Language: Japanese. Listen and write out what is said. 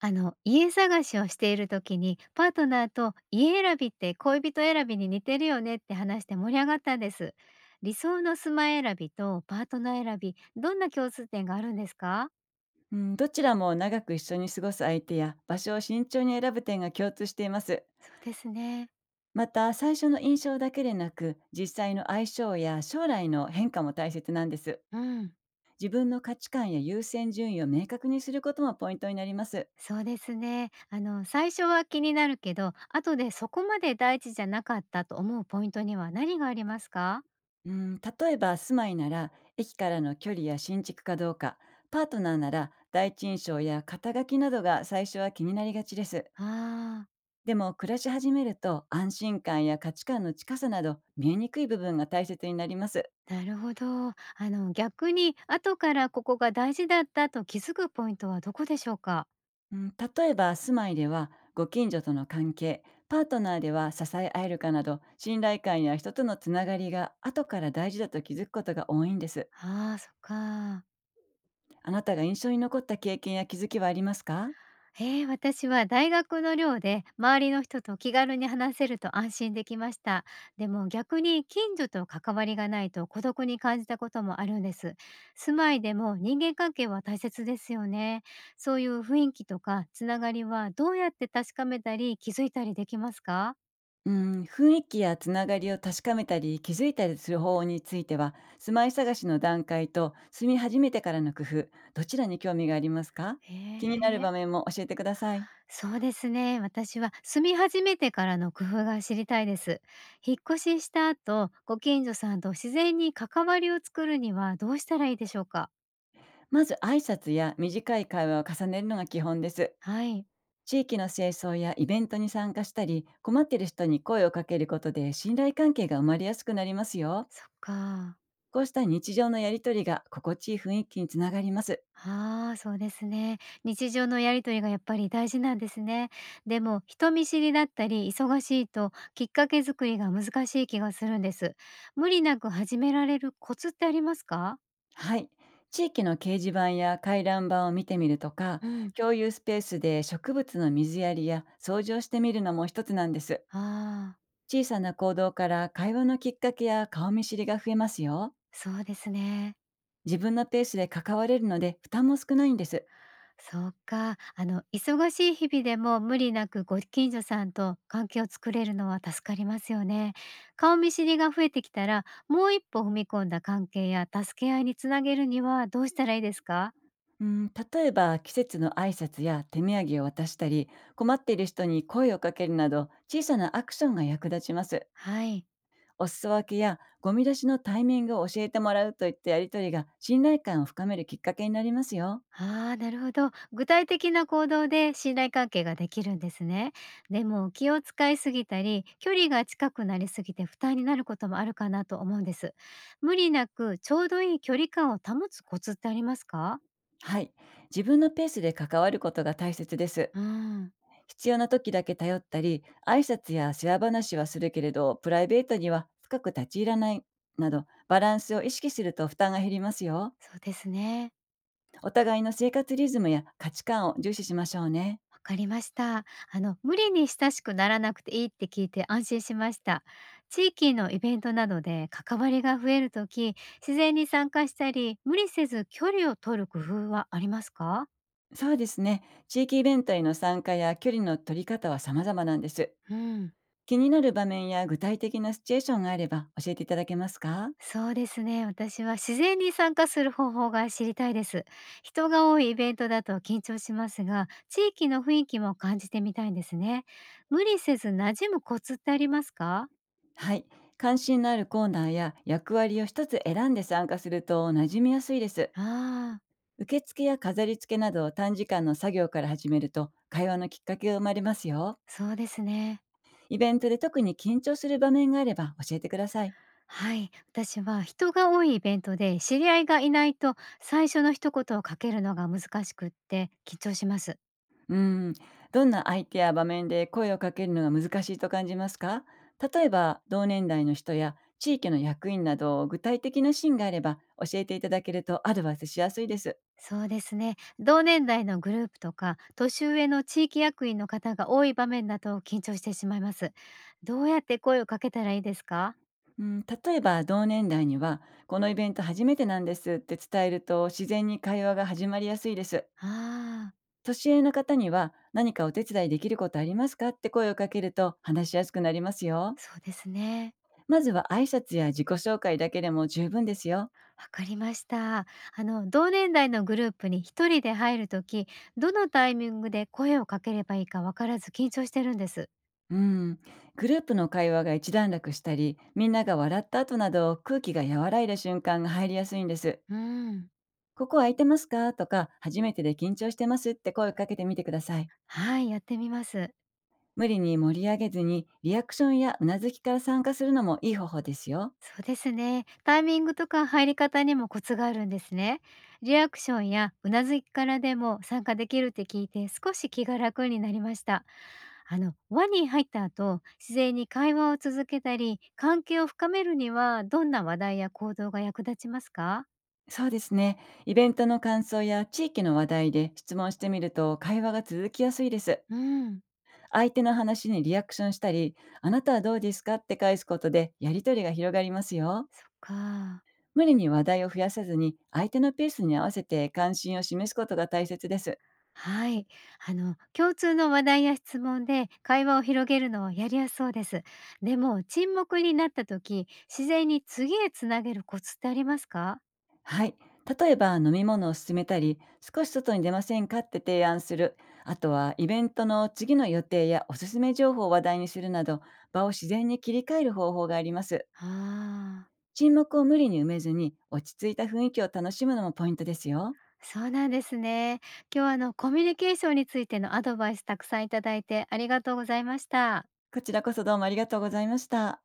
家探しをしている時に、パートナーと家選びって恋人選びに似てるよねって話して盛り上がったんです。理想の住まい選びとパートナー選び、どんな共通点があるんですか？うん、どちらも長く一緒に過ごす相手や場所を慎重に選ぶ点が共通しています。そうですね。また、最初の印象だけでなく実際の相性や将来の変化も大切なんです。うん。自分の価値観や優先順位を明確にすることもポイントになります。そうですね。最初は気になるけど、後でそこまで大事じゃなかったと思うポイントには何がありますか？うん、例えば住まいなら駅からの距離や新築かどうか、パートナーなら第一印象や肩書きなどが最初は気になりがちです。ああでも、暮らし始めると安心感や価値観の近さなど見えにくい部分が大切になります。ー、なるほど。逆に後からここが大事だったと気づくポイントはどこでしょうか？うん、例えば住まいではご近所との関係、パートナーでは支え合えるかなど、信頼感や人とのつながりが後から大事だと気づくことが多いんです。ああ、そっか。あなたが印象に残った経験や気づきはありますか？ええ、私は大学の寮で周りの人と気軽に話せると安心できました。でも逆に近所と関わりがないと孤独に感じたこともあるんです。住まいでも人間関係は大切ですよね。そういう雰囲気とかつながりはどうやって確かめたり気づいたりできますか？うん、雰囲気やつながりを確かめたり気づいたりする方法については、住まい探しの段階と住み始めてからの工夫、どちらに興味がありますか？へ気になるえ。場面も教えてください。そうですね。私は住み始めてからの工夫が知りたいです。引っ越しした後、ご近所さんと自然に関わりを作るにはどうしたらいいでしょうか？まず、挨拶や短い会話を重ねるのが基本です。はい。地域の清掃やイベントに参加したり、困っている人に声をかけることで信頼関係が生まれやすくなりますよ。そっか。こうした日常のやりとりが心地いい雰囲気につながります。ああ、そうですね。日常のやりとりがやっぱり大事なんですね。でも、人見知りだったり忙しいときっかけ作りが難しい気がするんです。無理なく始められるコツってありますか？はい。地域の掲示板や回覧板を見てみるとか、うん。共有スペースで植物の水やりや掃除をしてみるのも一つなんです。ああ、小さな行動から会話のきっかけや顔見知りが増えますよ。そうですね。自分のペースで関われるので負担も少ないんです。そうか。忙しい日々でも無理なくご近所さんと関係を作れるのは助かりますよね。顔見知りが増えてきたら、もう一歩踏み込んだ関係や助け合いにつなげるにはどうしたらいいですか？うん、例えば季節の挨拶や手土産を渡したり、困っている人に声をかけるなど、小さなアクションが役立ちます。はい。お裾分けやゴミ出しのタイミングを教えてもらうといったやりとりが信頼感を深めるきっかけになりますよ。ああ、なるほど。具体的な行動で信頼関係ができるんですね。でも気を使いすぎたり、距離が近くなりすぎて負担になることもあるかなと思うんです。無理なくちょうどいい距離感を保つコツってありますか？はい。自分のペースで関わることが大切です。うん。必要な時だけ頼ったり、挨拶や世話話はするけれどプライベートには深く立ち入らないなど、バランスを意識すると負担が減りますよ。そうですね。お互いの生活リズムや価値観を重視しましょうね。わかりました。無理に親しくならなくていいって聞いて安心しました。地域のイベントなどで関わりが増えるとき、自然に参加したり、無理せず距離を取る工夫はありますか？そうですね。地域イベントへの参加や距離の取り方は様々なんです。うん、気になる場面や具体的なシチュエーションがあれば教えていただけますか？そうですね。私は自然に参加する方法が知りたいです。人が多いイベントだと緊張しますが、地域の雰囲気も感じてみたいんですね。無理せず馴染むコツってありますか？はい。関心のあるコーナーや役割を一つ選んで参加すると馴染みやすいです。ああー、受付や飾り付けなど短時間の作業から始めると会話のきっかけが生まれますよ。そうですね。イベントで特に緊張する場面があれば教えてください。はい、私は人が多いイベントで知り合いがいないと最初の一言をかけるのが難しくって緊張します。うん、どんな相手や場面で声をかけるのが難しいと感じますか？例えば同年代の人や地域の役員など、具体的なシーンがあれば教えていただけるとアドバイスしやすいです。そうですね。同年代のグループとか年上の地域役員の方が多い場面だと緊張してしまいます。どうやって声をかけたらいいですか？うん、例えば同年代には、このイベント初めてなんですって伝えると自然に会話が始まりやすいです。ああー、年上の方には、何かお手伝いできることありますかって声をかけると話しやすくなりますよ。そうですね。まずは挨拶や自己紹介だけでも十分ですよ。わかりました。あの、同年代のグループに一人で入るとき、どのタイミングで声をかければいいかわからず緊張してるんです。うん、グループの会話が一段落したり、みんなが笑った後など、空気が和らいだ瞬間が入りやすいんです。うん。ここ空いてますかとか、初めてで緊張してますって声をかけてみてください。はい、やってみます。無理に盛り上げずに、リアクションやうなずきから参加するのもいい方法ですよ。そうですね。タイミングとか入り方にもコツがあるんですね。リアクションやうなずきからでも参加できるって聞いて少し気が楽になりました。輪に入った後、自然に会話を続けたり、関係を深めるにはどんな話題や行動が役立ちますか？そうですね。イベントの感想や地域の話題で質問してみると会話が続きやすいです。うん、相手の話にリアクションしたり、あなたはどうですかって返すことでやりとりが広がりますよ。そっか。無理に話題を増やさずに、相手のペースに合わせて関心を示すことが大切です。はい。共通の話題や質問で会話を広げるのはやりやすそうです。でも、沈黙になった時、自然に次へつなげるコツってありますか？はい。例えば、飲み物を勧めたり、少し外に出ませんかって提案する。あとは、イベントの次の予定やおすすめ情報を話題にするなど、場を自然に切り替える方法があります。ああ、沈黙を無理に埋めずに、落ち着いた雰囲気を楽しむのもポイントですよ。そうなんですね。今日はコミュニケーションについてのアドバイスたくさんいただいてありがとうございました。こちらこそどうもありがとうございました。